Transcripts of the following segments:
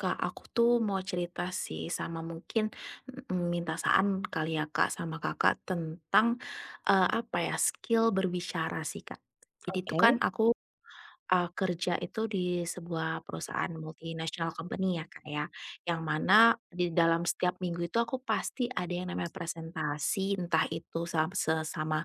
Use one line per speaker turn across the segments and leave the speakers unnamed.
Kak, aku tuh mau cerita sih sama mungkin, minta saran kali ya Kak sama Kakak tentang, apa ya, skill berbicara sih Kak. Jadi itu
Oke
kan aku kerja itu di sebuah perusahaan multinational company ya, Kak, ya, yang mana di dalam setiap minggu itu aku pasti ada yang namanya presentasi, entah itu sama sesama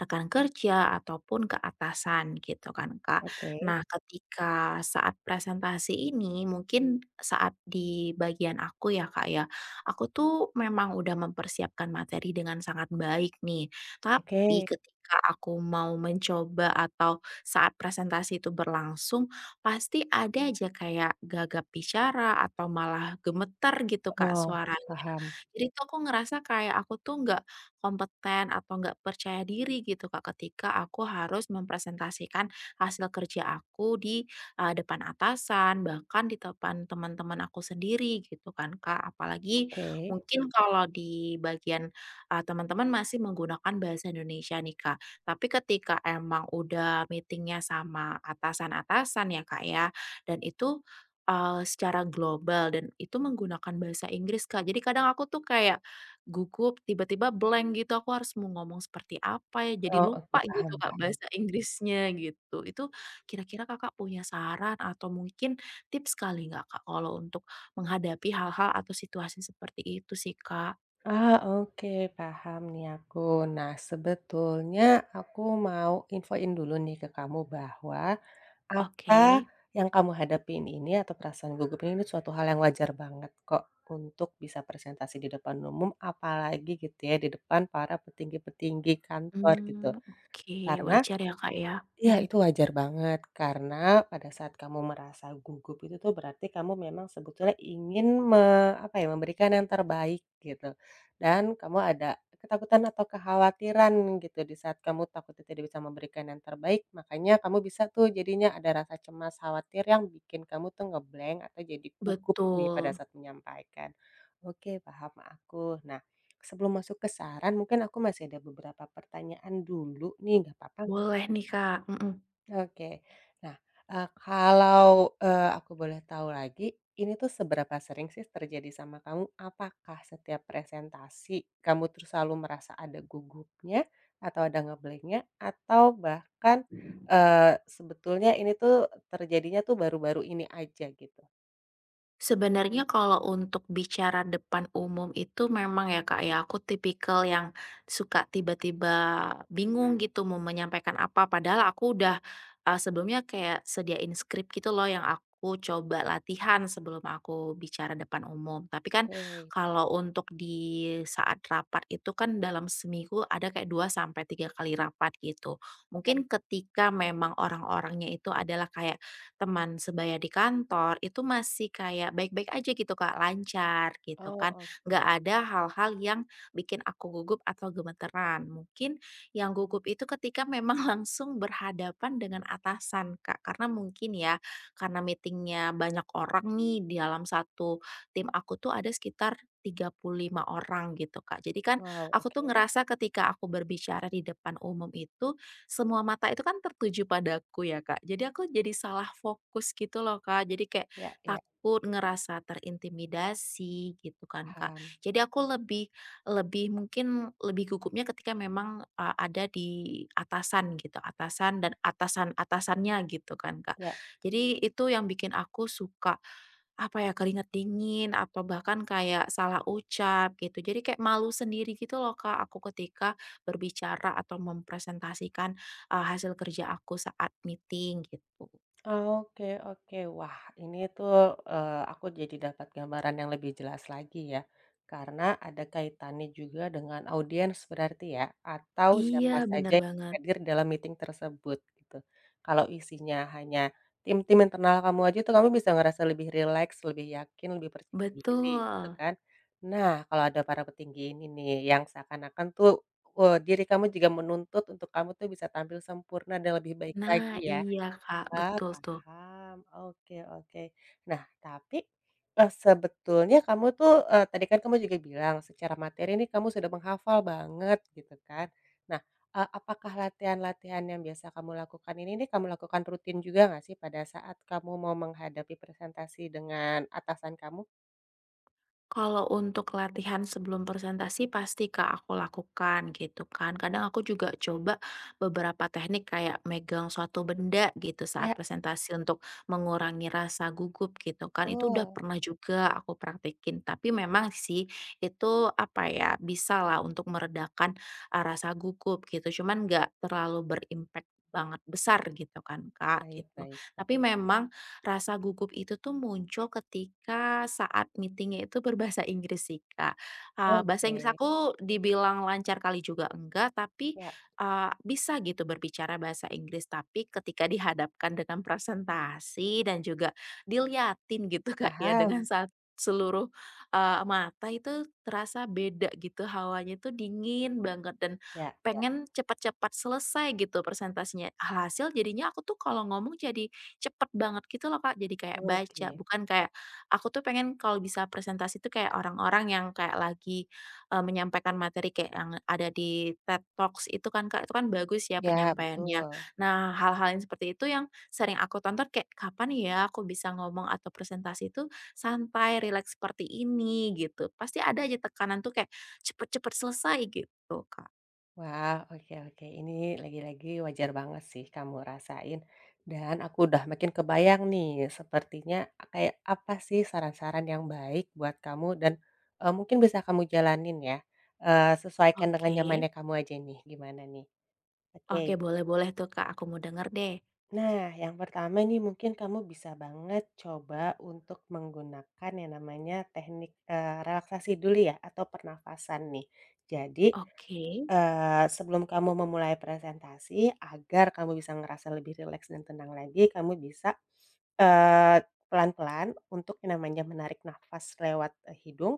rekan kerja ataupun ke atasan gitu kan, Kak.
oke
Nah, ketika saat presentasi ini mungkin saat di bagian aku ya, Kak, ya, aku tuh memang udah mempersiapkan materi dengan sangat baik nih,
oke.
tapi ketika aku mau mencoba atau saat presentasi itu berlangsung, pasti ada aja kayak gagap bicara atau malah gemeter gitu, Kak,
Oh,
suaranya.
paham.
Jadi tuh aku ngerasa kayak aku tuh nggak kompeten atau nggak percaya diri gitu, Kak, ketika aku harus mempresentasikan hasil kerja aku di, depan atasan, bahkan di depan teman-teman aku sendiri gitu kan, Kak. Apalagi
Oke.
mungkin kalau di bagian, teman-teman masih menggunakan bahasa Indonesia nih, Kak. Tapi ketika emang udah meetingnya sama atasan-atasan ya, Kak, ya, dan itu, secara global dan itu menggunakan bahasa Inggris, Kak. Jadi kadang aku tuh kayak gugup, tiba-tiba blank gitu, aku harus mau ngomong seperti apa ya, jadi
Oh, oke,
lupa gitu,
paham
Kak,
paham.
bahasa Inggrisnya gitu. Itu kira-kira Kakak punya saran atau mungkin tips kali nggak, Kak, kalau untuk menghadapi hal-hal atau situasi seperti itu sih, Kak?
Ah, oke, paham nih aku. Nah, sebetulnya aku mau infoin dulu nih ke kamu bahwa apa
Oke.
yang kamu hadapin ini atau perasaan gugup ini suatu hal yang wajar banget kok untuk bisa presentasi di depan umum, apalagi gitu ya, di depan para petinggi-petinggi kantor gitu.
Mmm, oke,
Karena
wajar ya, Kak, ya?
iya,
Mhm.
itu wajar banget karena pada saat kamu merasa gugup itu tuh berarti kamu memang sebetulnya ingin apa ya, memberikan yang terbaik gitu. Dan kamu ada ketakutan atau kekhawatiran gitu di saat kamu takutnya tidak bisa memberikan yang terbaik, makanya kamu bisa tuh jadinya ada rasa cemas, khawatir yang bikin kamu tuh ngeblank atau jadi gugup nih pada
Betul.
saat menyampaikan. Oke, paham aku. Nah, sebelum masuk ke saran mungkin aku masih ada beberapa pertanyaan dulu nih, nggak apa-apa.
Boleh nih, Kak, mhm.
Oke. Nah, kalau, aku boleh tahu lagi, ini tuh seberapa sering sih terjadi sama kamu? Apakah setiap presentasi kamu tuh selalu merasa ada gugupnya, atau ada ngeblanknya, atau bahkan, eee, sebetulnya ini tuh terjadinya tuh baru-baru ini aja gitu?
Sebenarnya kalau untuk bicara depan umum itu memang ya, Kak, ya, aku tipikal yang suka tiba-tiba bingung gitu mau menyampaikan apa, padahal aku udah, sebelumnya kayak sediain skrip gitu loh yang aku coba latihan sebelum aku bicara depan umum. Tapi kan
Oke,
kalau untuk di saat rapat itu kan dalam seminggu ada kayak 2 sampai 3 kali rapat gitu.
ya.
Mungkin ketika memang orang-orangnya itu adalah kayak teman sebaya di kantor itu masih kayak baik-baik aja gitu Kak, lancar gitu
Oh,
kan,
oke.
nggak ada hal-hal yang bikin aku gugup atau gemeteran. Mungkin yang gugup itu ketika memang langsung berhadapan dengan atasan Kak, karena mungkin ya, karena meetingnya banyak orang nih di dalam satu tim aku tuh ada sekitar 35 orang gitu Kak. Jadi kan
Wow,
aku tuh
oke.
ngerasa ketika aku berbicara di depan umum itu semua mata itu kan tertuju padaku ya, Kak. Jadi aku jadi salah fokus gitu loh, Kak. Jadi kayak
Ya ya,
takut ngerasa terintimidasi gitu kan, Kak.
paham.
Jadi aku lebih lebih mungkin lebih gugupnya ketika memang ada di atasan gitu, atasan dan atasan-atasannya gitu kan, Kak.
Ya.
Jadi itu yang bikin aku suka apa ya keringat dingin atau bahkan kayak salah ucap gitu. Jadi kayak malu sendiri gitu loh Kak aku ketika berbicara atau mempresentasikan hasil kerja aku saat meeting gitu.
Oke oke. Wah, ini tuh, aku jadi dapat gambaran yang lebih jelas lagi ya, karena ada kaitannya juga dengan audiens berarti ya, atau siapa
Iya
saja
bener
yang
banget,
hadir dalam meeting tersebut gitu. Kalau isinya hanya tim-tim internal kamu aja tuh kamu bisa ngerasa lebih rileks, lebih yakin, lebih percaya
betul.
diri gitu kan. Nah, kalau ada para petinggi ini nih yang seakan-akan tuh, diri kamu juga menuntut untuk kamu tuh bisa tampil sempurna dan lebih baik
Nah
lagi ya.
iya Kak,
Ah,
betul tuh.
paham. Oke oke. Nah, tapi, sebetulnya kamu tuh, tadi kan kamu juga bilang secara materi ini kamu sudah menghafal banget gitu kan. Nah, apakah latihan-latihan yang biasa kamu lakukan ini nih kamu lakukan rutin juga nggak sih pada saat kamu mau menghadapi presentasi dengan atasan kamu?
Kalau untuk latihan sebelum presentasi pasti Kak aku lakukan gitu kan. Kadang aku juga coba beberapa teknik kayak megang suatu benda gitu saat
Ya,
presentasi untuk mengurangi rasa gugup gitu kan. Itu udah
betul.
pernah juga aku praktekin. Tapi memang sih itu apa ya bisa lah untuk meredakan rasa gugup gitu. Cuman nggak terlalu berimpact banget besar gitu kan Kak
Baik
gitu.
baik
Tapi memang rasa gugup itu tuh muncul ketika saat meetingnya itu berbahasa Inggris sih, Kak. Bahasa Inggris
oke.
aku dibilang lancar kali juga enggak, tapi,
Ya,
bisa gitu berbicara bahasa Inggris. Tapi ketika dihadapkan dengan presentasi dan juga diliatin gitu, Kak, ya dengan
paham.
seluruh, mata itu terasa beda gitu, hawanya itu dingin banget dan
Ya ya.
pengen cepat-cepat selesai gitu presentasinya. Hasil jadinya aku tuh kalau ngomong jadi cepet banget gitu loh, Kak, jadi kayak baca,
Oke.
bukan kayak aku tuh pengen kalau bisa presentasi tuh kayak orang-orang yang kayak lagi, menyampaikan materi kayak yang ada di TED Talks itu kan, Kak, itu kan bagus ya
Ya,
penyampaiannya.
betul.
Nah, hal-hal yang seperti itu yang sering aku tonton kayak, "Kapan ya aku bisa ngomong atau presentasi itu santai, rileks seperti ini?" Gitu. Pasti ada aja tekanan tuh kayak cepet cepet selesai gitu, Kak.
Wah, oke oke. Ini lagi-lagi wajar banget sih kamu rasain dan aku udah makin kebayang nih sepertinya kayak apa sih saran-saran yang baik buat kamu dan, mungkin bisa kamu jalanin ya, sesuaikan dengan
Oke.
nyamannya kamu aja nih gimana nih.
Oke,
Oke.
boleh boleh tuh, Kak, aku mau denger deh.
Nah, yang pertama nih mungkin kamu bisa banget coba untuk menggunakan yang namanya teknik, relaksasi dulu ya atau pernafasan nih. Jadi
Oke
Sebelum kamu memulai presentasi, agar kamu bisa ngerasa lebih rileks dan tenang lagi, kamu bisa, eee, pelan-pelan untuk yang namanya menarik nafas lewat, hidung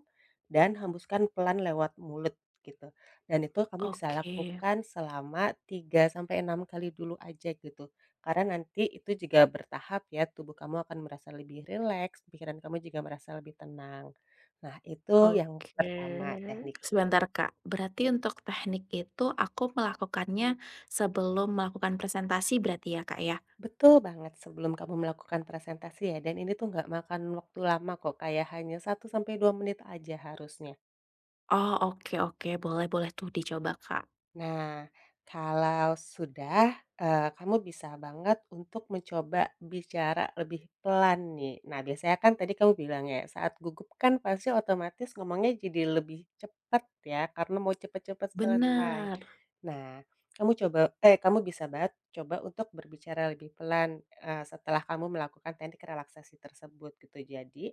dan hembuskan pelan lewat mulut, gitu. Dan itu kamu bisa
oke.
lakukan selama 3 sampai 6 kali dulu aja, gitu. Karena nanti itu juga bertahap ya, tubuh kamu akan merasa lebih rileks, pikiran kamu juga merasa lebih tenang. Nah, itu yang
Oke,
pertama teknik.
sebentar Kak, berarti untuk teknik itu aku melakukannya sebelum melakukan presentasi berarti ya Kak ya?
Betul banget sebelum kamu melakukan presentasi ya, dan ini tuh nggak makan waktu lama kok, kayak hanya 1 sampai 2 menit aja harusnya.
Oh oke oke, boleh boleh tuh dicoba Kak.
Nah, kalau sudah, kamu bisa banget untuk mencoba bicara lebih pelan nih. Nah, biasanya kan tadi kamu bilang ya, saat gugup kan pasti otomatis ngomongnya jadi lebih cepat ya, karena mau cepet-cepet selesai.
Benar.
Nah, kamu bisa banget coba untuk berbicara lebih pelan, setelah kamu melakukan teknik relaksasi tersebut gitu. Jadi,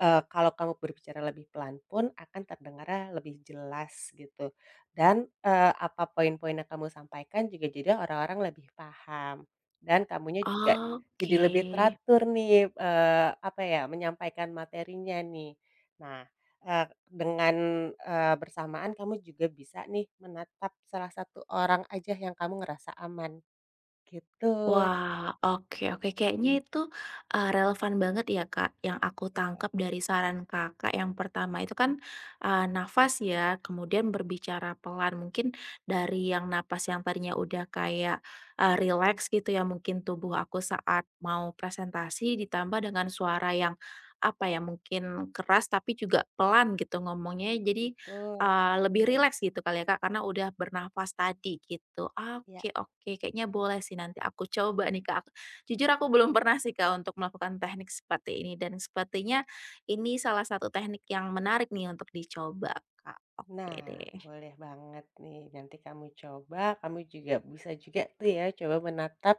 kalau kamu berbicara lebih pelan pun akan terdengar lebih jelas gitu dan, apa poin-poin yang kamu sampaikan juga jadi orang-orang lebih paham dan kamunya juga jadi lebih
Oke.
teratur nih, apa ya, menyampaikan materinya nih. Nah dengan, bersamaan kamu juga bisa nih menatap salah satu orang aja yang kamu ngerasa aman, gitu.
Wah, oke oke. Kayaknya itu, relevan banget ya, Kak, yang aku
Eee,
tangkap dari saran Kakak yang pertama itu kan, nafas ya, kemudian berbicara pelan. Mungkin dari yang napas yang tadinya udah kayak, rileks gitu ya mungkin tubuh aku saat mau presentasi, ditambah dengan suara yang, apa ya, mungkin keras tapi juga pelan gitu ngomongnya. Jadi
betul,
Lebih rileks gitu kali ya, Kak, karena udah bernafas tadi gitu. Ah,
iya.
oke oke, kayaknya boleh sih nanti aku coba nih, Kak. Jujur aku belum pernah sih, Kak, untuk melakukan teknik seperti ini dan sepertinya ini salah satu teknik yang menarik nih untuk dicoba, Kak. Oke
Nah,
deh.
boleh banget nih nanti kamu coba, kamu juga bisa juga tuh ya coba menatap,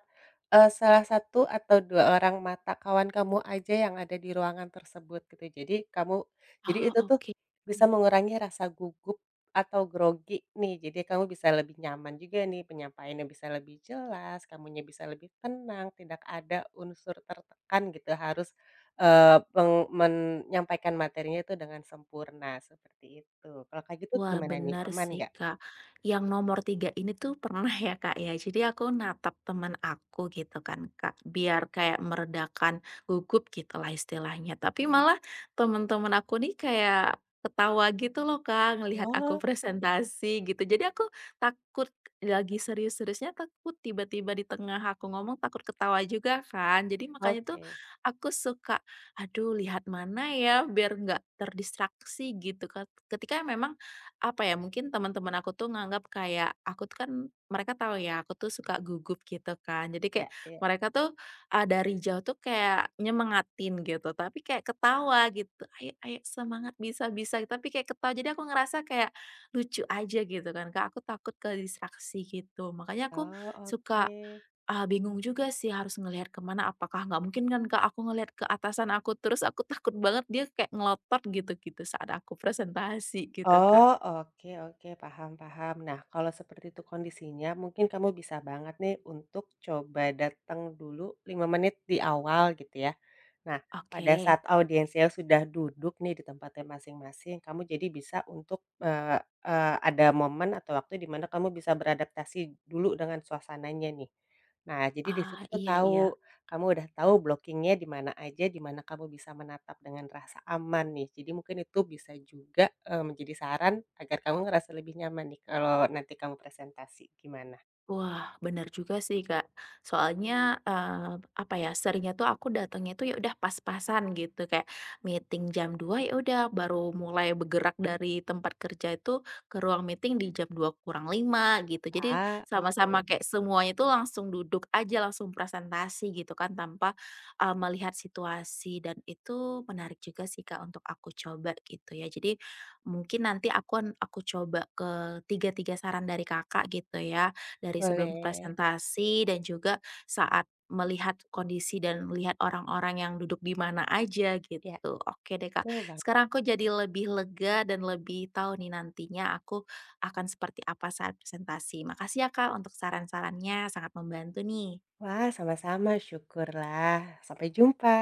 salah satu atau 2 orang mata kawan kamu aja yang ada di ruangan tersebut gitu. Jadi kamu jadi
Oh,
itu tuh
oke.
bisa mengurangi rasa gugup atau grogi nih, jadi kamu bisa lebih nyaman juga nih, penyampaiannya bisa lebih jelas, kamunya bisa lebih tenang, tidak ada unsur tertekan gitu, harus Eee, peng menyampaikan materinya itu dengan sempurna, seperti itu. Kalau Kak gitu
Wah,
gimana nih,
benar
aman
sih,
nggak?
Kak. Yang nomor 3 ini tuh pernah ya, Kak, ya. Jadi aku natap teman aku gitu kan, Kak, biar kayak meredakan gugup gitu lah istilahnya. Tapi malah teman-teman aku nih kayak ketawa gitu loh, Kak, ngelihat aku
Oh,
presentasi gitu. Jadi aku takut lagi serius-seriusnya takut tiba-tiba di tengah aku ngomong takut ketawa juga kan. Jadi makanya tuh
oke.
aku suka, aduh lihat mana ya biar nggak terdistraksi gitu, Kak. Ketika memang apa ya, mungkin teman-teman aku tuh nganggap kayak aku tuh kan mereka tahu ya aku tuh suka gugup gitu kan. Jadi kayak
Ya ya.
mereka tuh, dari jauh tuh kayak nyemangatin gitu, tapi kayak ketawa gitu, "Ayo ayo semangat, bisa bisa," tapi kayak ketawa. Jadi aku ngerasa kayak lucu aja gitu kan, Kak, aku takut ke distraksi gitu. Makanya aku
Oh,
suka,
oke.
bingung juga sih harus ngelihat kemana apakah nggak mungkin kan, Kak, aku ngelihat ke atasan aku terus aku takut banget dia kayak ngelotot gitu-gitu saat aku presentasi gitu, Kak.
Oh, oke oke, paham paham. Nah, kalau seperti itu kondisinya, mungkin kamu bisa banget nih untuk coba datang dulu 5 menit di awal gitu ya. Nah, pada
Oke.
saat audiensnya sudah duduk nih di tempatnya masing-masing, kamu jadi bisa untuk, eee eee, ada momen atau waktu di mana kamu bisa beradaptasi dulu dengan suasananya nih. Nah, jadi di situ
Ah,
tuh
iya iya.
kamu udah tahu blockingnya di mana aja, di mana kamu bisa menatap dengan rasa aman nih. Jadi mungkin itu bisa juga, menjadi saran agar kamu ngerasa lebih nyaman nih kalau nanti kamu presentasi, gimana?
Wah, benar juga sih, Kak. Soalnya, apa ya, seringnya tuh aku datangnya tuh ya udah pas-pasan gitu, kayak meeting jam 2 ya udah baru mulai bergerak dari tempat kerja itu ke ruang meeting di jam 2 kurang 5 gitu. Jadi
Ah, oke,
sama-sama kayak semuanya tuh langsung duduk aja, langsung presentasi gitu kan tanpa, melihat situasi dan itu menarik juga sih, Kak, untuk aku coba gitu ya. Jadi mungkin nanti aku coba ke tiga-tiga saran dari Kakak gitu ya dari sebelum
boleh.
presentasi dan juga saat melihat kondisi dan melihat orang-orang yang duduk di mana aja gitu.
Ya,
Oke deh Kak,
betul banget.
sekarang aku jadi lebih lega dan lebih tahu nih nantinya aku akan seperti apa saat presentasi. Makasih ya Kak untuk saran-sarannya, sangat membantu nih.
Wah, sama-sama, syukurlah. Sampai jumpa.